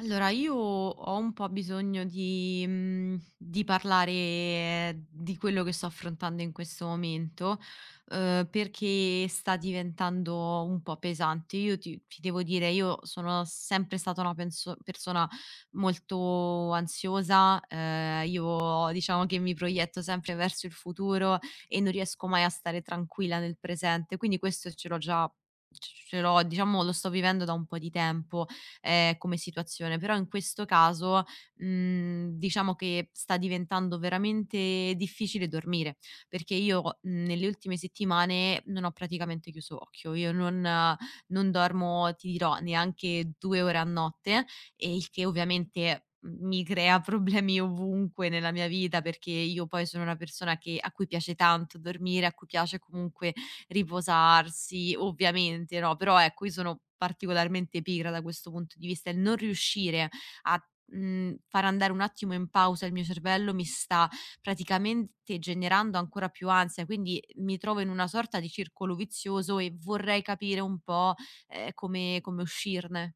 Allora, io ho un po' bisogno di parlare di quello che sto affrontando in questo momento, perché sta diventando un po' pesante. Io ti devo dire, io sono sempre stata una penso persona molto ansiosa. Io diciamo che mi proietto sempre verso il futuro e non riesco mai a stare tranquilla nel presente, quindi questo ce l'ho già, c ce l'ho, diciamo, lo sto vivendo da un po' di tempo come situazione. Però in questo caso, diciamo che sta diventando veramente difficile dormire, perché io, nelle ultime settimane non ho praticamente chiuso occhio. Io non dormo, ti dirò, neanche 2 ore a notte, e il che ovviamente mi crea problemi ovunque nella mia vita, perché io poi sono una persona che a cui piace tanto dormire, a cui piace comunque riposarsi, ovviamente, no, però ecco, io sono particolarmente pigra da questo punto di vista. Il non riuscire a far andare un attimo in pausa il mio cervello mi sta praticamente generando ancora più ansia, quindi mi trovo in una sorta di circolo vizioso e vorrei capire un po', come uscirne.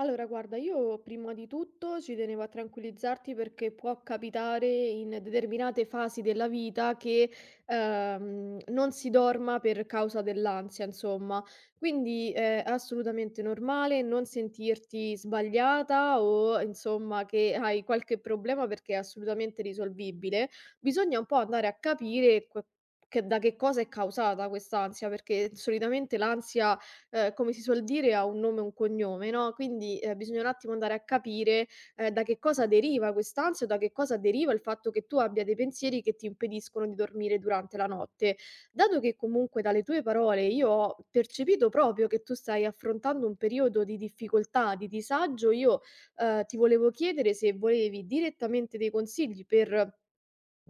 Allora, guarda, io prima di tutto ci tenevo a tranquillizzarti perché può capitare in determinate fasi della vita che non si dorma per causa dell'ansia, insomma. Quindi è assolutamente normale non sentirti sbagliata o insomma che hai qualche problema perché è assolutamente risolvibile. Bisogna un po' andare a capire da che cosa è causata quest'ansia, perché solitamente l'ansia come si suol dire ha un nome e un cognome, no, quindi, bisogna un attimo andare a capire, da che cosa deriva quest'ansia o da che cosa deriva il fatto che tu abbia dei pensieri che ti impediscono di dormire durante la notte. Dato che comunque dalle tue parole io ho percepito proprio che tu stai affrontando un periodo di difficoltà, di disagio, io, ti volevo chiedere se volevi direttamente dei consigli per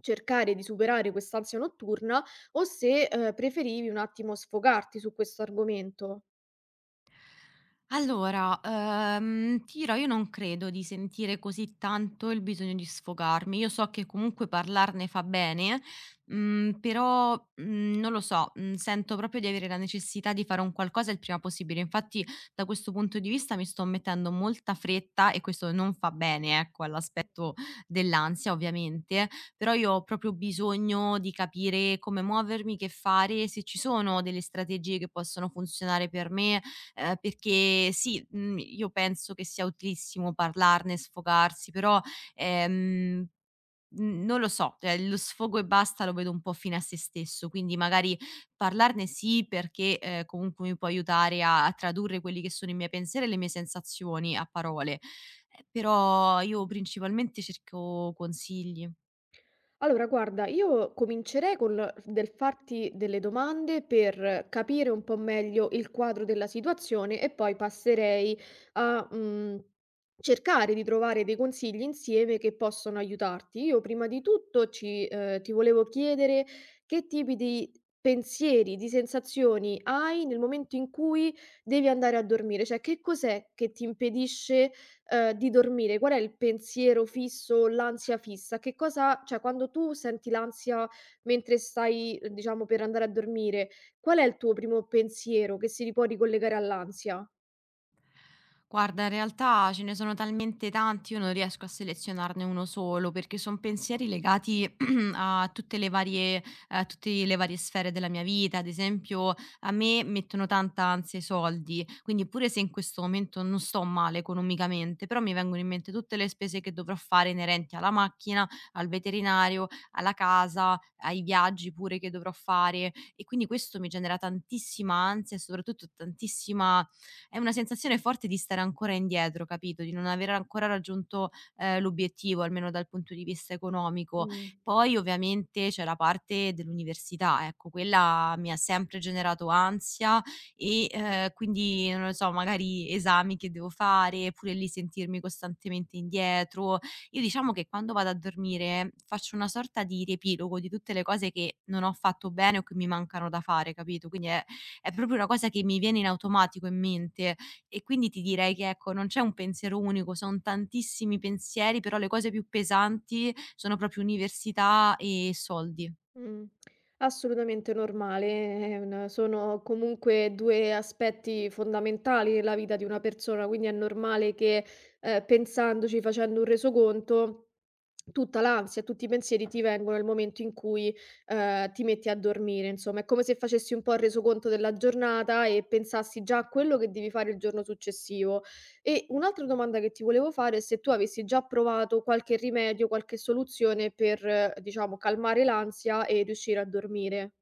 cercare di superare quest'ansia notturna o se, preferivi un attimo sfogarti su questo argomento. Allora, ti dirò, io non credo di sentire così tanto il bisogno di sfogarmi. Io so che comunque parlarne fa bene, però, non lo so, sento proprio di avere la necessità di fare un qualcosa il prima possibile. Infatti, da questo punto di vista mi sto mettendo molta fretta e questo non fa bene, ecco, all'aspetto dell'ansia ovviamente. Però io ho proprio bisogno di capire come muovermi, che fare, se ci sono delle strategie che possono funzionare per me, perché sì, io penso che sia utilissimo parlarne, sfogarsi, però, ehm, n non lo so, cioè lo sfogo e basta lo vedo un po' fine a se stesso, quindi magari parlarne sì, perché, comunque mi può aiutare a tradurre quelli che sono i miei pensieri e le mie sensazioni a parole. Però io principalmente cerco consigli. Allora guarda, io comincerei col del farti delle domande per capire un po' meglio il quadro della situazione e poi passerei a, mhmm, cercare di trovare dei consigli insieme che possono aiutarti. Io prima di tutto ci ti volevo chiedere che tipi di pensieri, di sensazioni hai nel momento in cui devi andare a dormire, cioè che cos'è che ti impedisce, di dormire, qual è il pensiero fisso, l'ansia fissa? Che cosa, cioè quando tu senti l'ansia mentre stai, diciamo, per andare a dormire, qual è il tuo primo pensiero che si ri può ricollegare all'ansia? Guarda, in realtà ce ne sono talmente tanti, io non riesco a selezionarne uno solo, perché sono pensieri legati a tutte le varie a tutte le varie sfere della mia vita. Ad esempio, a me mettono tanta ansia i soldi, quindi pure se in questo momento non sto male economicamente, però mi vengono in mente tutte le spese che dovrò fare inerenti alla macchina, al veterinario, alla casa, ai viaggi pure che dovrò fare, e quindi questo mi genera tantissima ansia e soprattutto tantissima è una sensazione forte di stare ancora indietro, capito? Di non aver ancora raggiunto, l'obiettivo, almeno dal punto di vista economico. Mh. Poi ovviamente c'è la parte dell'università, ecco, quella mi ha sempre generato ansia, e, quindi non lo so, magari esami che devo fare, pure lì sentirmi costantemente indietro. Io diciamo che quando vado a dormire faccio una sorta di riepilogo di tutte le cose che non ho fatto bene o che mi mancano da fare, capito? Quindi è proprio una cosa che mi viene in automatico in mente, e quindi ti direi che, ecco, non c'è un pensiero unico, son tantissimi pensieri, però le cose più pesanti sono proprio università e soldi. Mh. Assolutamente normale, è un sono comunque 2 aspetti fondamentali nella vita di una persona, quindi è normale che, pensandoci, facendo un resoconto, tutta l'ansia e tutti i pensieri ti vengono nel momento in cui, ti metti a dormire, insomma. È come se facessi un po' il resoconto della giornata e pensassi già a quello che devi fare il giorno successivo. E un'altra domanda che ti volevo fare è se tu avessi già provato qualche rimedio, qualche soluzione per, diciamo, calmare l'ansia e riuscire a dormire.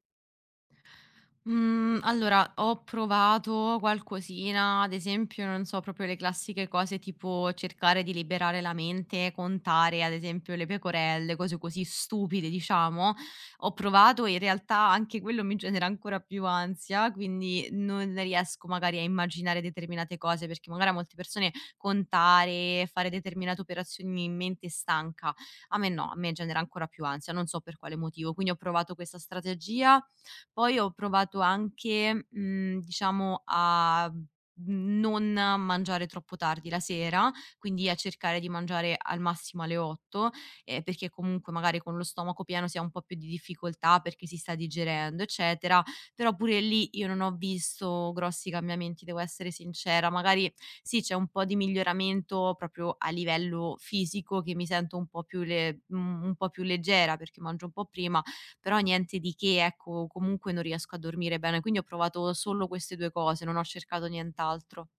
Mhmm, allora, ho provato qualcosina, ad esempio, non so, proprio le classiche cose tipo cercare di liberare la mente, contare ad esempio le pecorelle, cose così stupide diciamo. Ho provato e in realtà anche quello mi genera ancora più ansia, quindi non riesco magari a immaginare determinate cose, perché magari a molte persone contare, fare determinate operazioni in mente stanca. A me no, a me genera ancora più ansia, non so per quale motivo. Quindi ho provato questa strategia, poi ho provato anche, diciamo a non mangiare troppo tardi la sera, quindi a cercare di mangiare al massimo alle 8, perché comunque magari con lo stomaco pieno si ha un po' più di difficoltà perché si sta digerendo, eccetera. Però pure lì io non ho visto grossi cambiamenti, devo essere sincera. Magari sì, c'è un po' di miglioramento proprio a livello fisico, che mi sento un po' più leggera perché mangio un po' prima, però niente di che, ecco, comunque non riesco a dormire bene. Quindi ho provato solo queste 2 cose, non ho cercato nient'altro.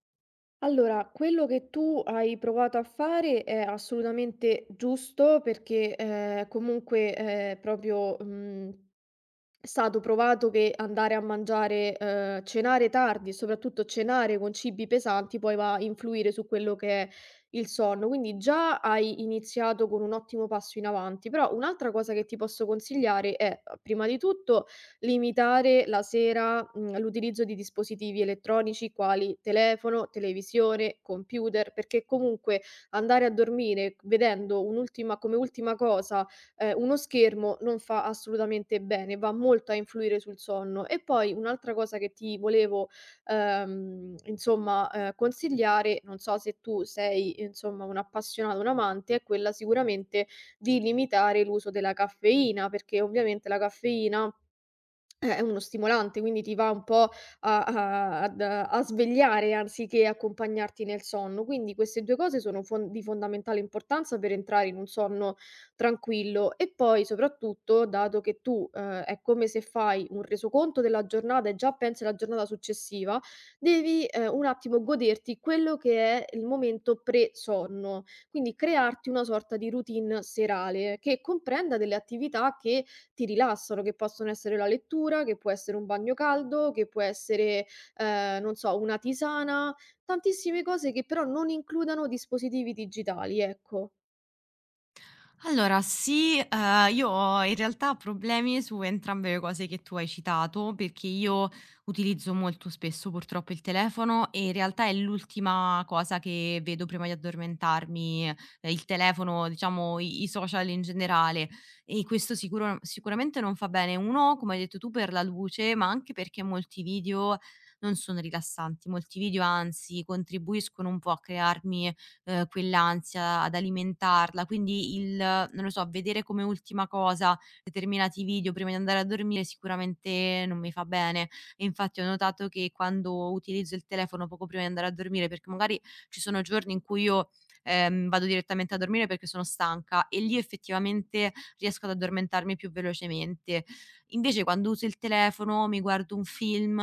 Allora, quello che tu hai provato a fare è assolutamente giusto perché comunque eh, proprio... mm, è stato provato che andare a mangiare, cenare tardi e soprattutto cenare con cibi pesanti poi va a influire su quello che è il sonno, quindi già hai iniziato con un ottimo passo in avanti. Però un'altra cosa che ti posso consigliare è, prima di tutto, limitare la sera, mhmm, l'utilizzo di dispositivi elettronici quali telefono, televisione, computer, perché comunque andare a dormire vedendo un'ultima come ultima cosa uno schermo non fa assolutamente bene, va molto a influire sul sonno. E poi un'altra cosa che ti volevo, insomma, consigliare, non so se tu sei, insomma, un appassionato, un amante, è quella sicuramente di limitare l'uso della caffeina, perché ovviamente la caffeina è uno stimolante, quindi ti va un po' a a ad a svegliare anziché accompagnarti nel sonno. Quindi queste 2 cose sono fon di fondamentale importanza per entrare in un sonno tranquillo. E poi soprattutto, dato che tu, è come se fai un resoconto della giornata e già pensi alla giornata successiva, devi, un attimo goderti quello che è il momento pre-sonno. Quindi crearti una sorta di routine serale che comprenda delle attività che ti rilassano, che possono essere la lettura, che può essere un bagno caldo, che può essere, non so, una tisana, tantissime cose che però non includano dispositivi digitali, ecco. Allora sì, io ho in realtà problemi su entrambe le cose che tu hai citato, perché io utilizzo molto spesso purtroppo il telefono e in realtà è l'ultima cosa che vedo prima di addormentarmi. Il telefono, diciamo i social in generale, e questo sicuro sicuramente non fa bene. 1, come hai detto tu, per la luce, ma anche perché molti video non sono rilassanti, molti video anzi contribuiscono un po' a crearmi quell'ansia, ad alimentarla. Quindi il non lo so, vedere come ultima cosa determinati video prima di andare a dormire sicuramente non mi fa bene. E infatti ho notato che quando utilizzo il telefono poco prima di andare a dormire, perché magari ci sono giorni in cui io, vado direttamente a dormire perché sono stanca, e lì effettivamente riesco ad addormentarmi più velocemente. Invece quando uso il telefono, mi guardo un film,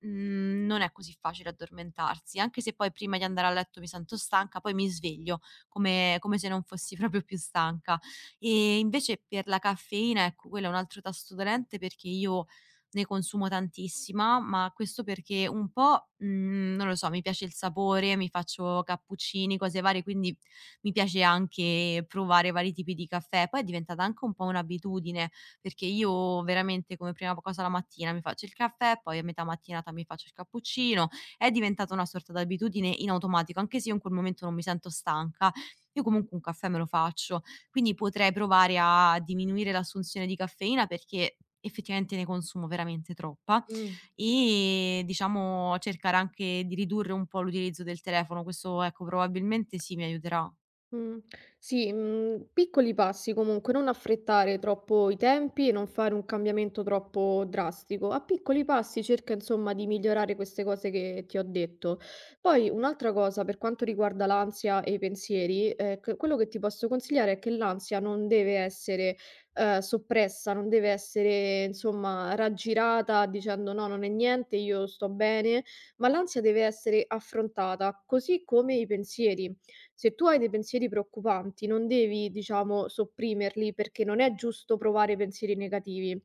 Non è così facile addormentarsi, anche se poi prima di andare a letto mi sento stanca, poi mi sveglio come se non fossi proprio più stanca. E invece per la caffeina, ecco, quello è un altro tasto dolente perché io ne consumo tantissima, ma questo perché un po', non lo so, mi piace il sapore, mi faccio cappuccini, cose varie, quindi mi piace anche provare vari tipi di caffè. Poi è diventata anche un po' un'abitudine, perché io veramente come prima cosa la mattina mi faccio il caffè, poi a metà mattinata mi faccio il cappuccino, è diventata una sorta d'abitudine in automatico, anche se io in quel momento non mi sento stanca, io comunque un caffè me lo faccio, quindi potrei provare a diminuire l'assunzione di caffeina perché effettivamente ne consumo veramente troppa, Mh. e diciamo cercare anche di ridurre un po' l'utilizzo del telefono, questo ecco probabilmente sì mi aiuterà. Mh. Sì, mhmm, piccoli passi comunque, non affrettare troppo i tempi e non fare un cambiamento troppo drastico. A piccoli passi cerca insomma di migliorare queste cose che ti ho detto. Poi un'altra cosa per quanto riguarda l'ansia e i pensieri, c quello che ti posso consigliare è che l'ansia non deve essere, soppressa, non deve essere insomma raggirata dicendo: "No, non è niente, io sto bene", ma l'ansia deve essere affrontata, così come i pensieri. Se tu hai dei pensieri preoccupanti, non devi, diciamo, sopprimerli perché non è giusto provare pensieri negativi.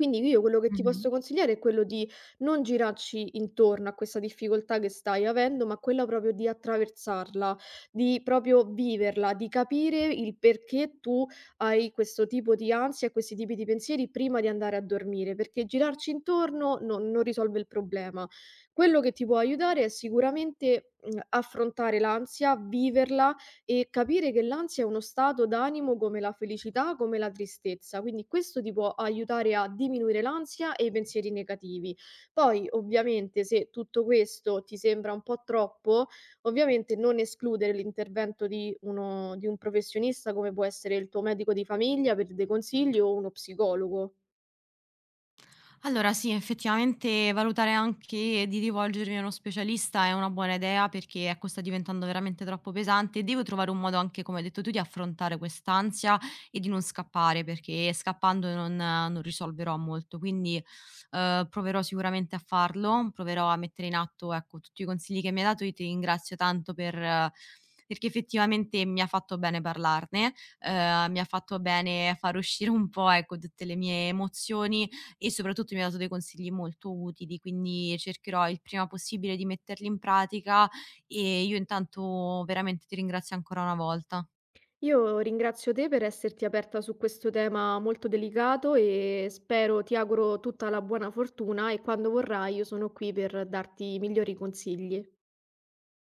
Quindi io quello che ti posso consigliare è quello di non girarci intorno a questa difficoltà che stai avendo, ma quella proprio di attraversarla, di proprio viverla, di capire il perché tu hai questo tipo di ansia, questi tipi di pensieri prima di andare a dormire, perché girarci intorno non risolve il problema. Quello che ti può aiutare è sicuramente, mhmm, affrontare l'ansia, viverla e capire che l'ansia è uno stato d'animo come la felicità, come la tristezza, quindi questo ti può aiutare a diminuire l'ansia e i pensieri negativi. Poi, ovviamente, se tutto questo ti sembra un po' troppo, ovviamente non escludere l'intervento di, uno, di un professionista come può essere il tuo medico di famiglia per dei consigli o uno psicologo. Allora sì, effettivamente valutare anche di rivolgermi a uno specialista è una buona idea, perché ecco sta diventando veramente troppo pesante. E devo trovare un modo anche, come hai detto tu, di affrontare quest'ansia e di non scappare, perché scappando non risolverò molto. Quindi proverò sicuramente a farlo, proverò a mettere in atto, ecco, tutti i consigli che mi hai dato. Io ti ringrazio tanto perché effettivamente mi ha fatto bene parlarne, mi ha fatto bene far uscire un po', ecco, tutte le mie emozioni, e soprattutto mi ha dato dei consigli molto utili, quindi cercherò il prima possibile di metterli in pratica, e io intanto veramente ti ringrazio ancora una volta. Io ringrazio te per esserti aperta su questo tema molto delicato e spero, ti auguro tutta la buona fortuna e quando vorrai io sono qui per darti i migliori consigli.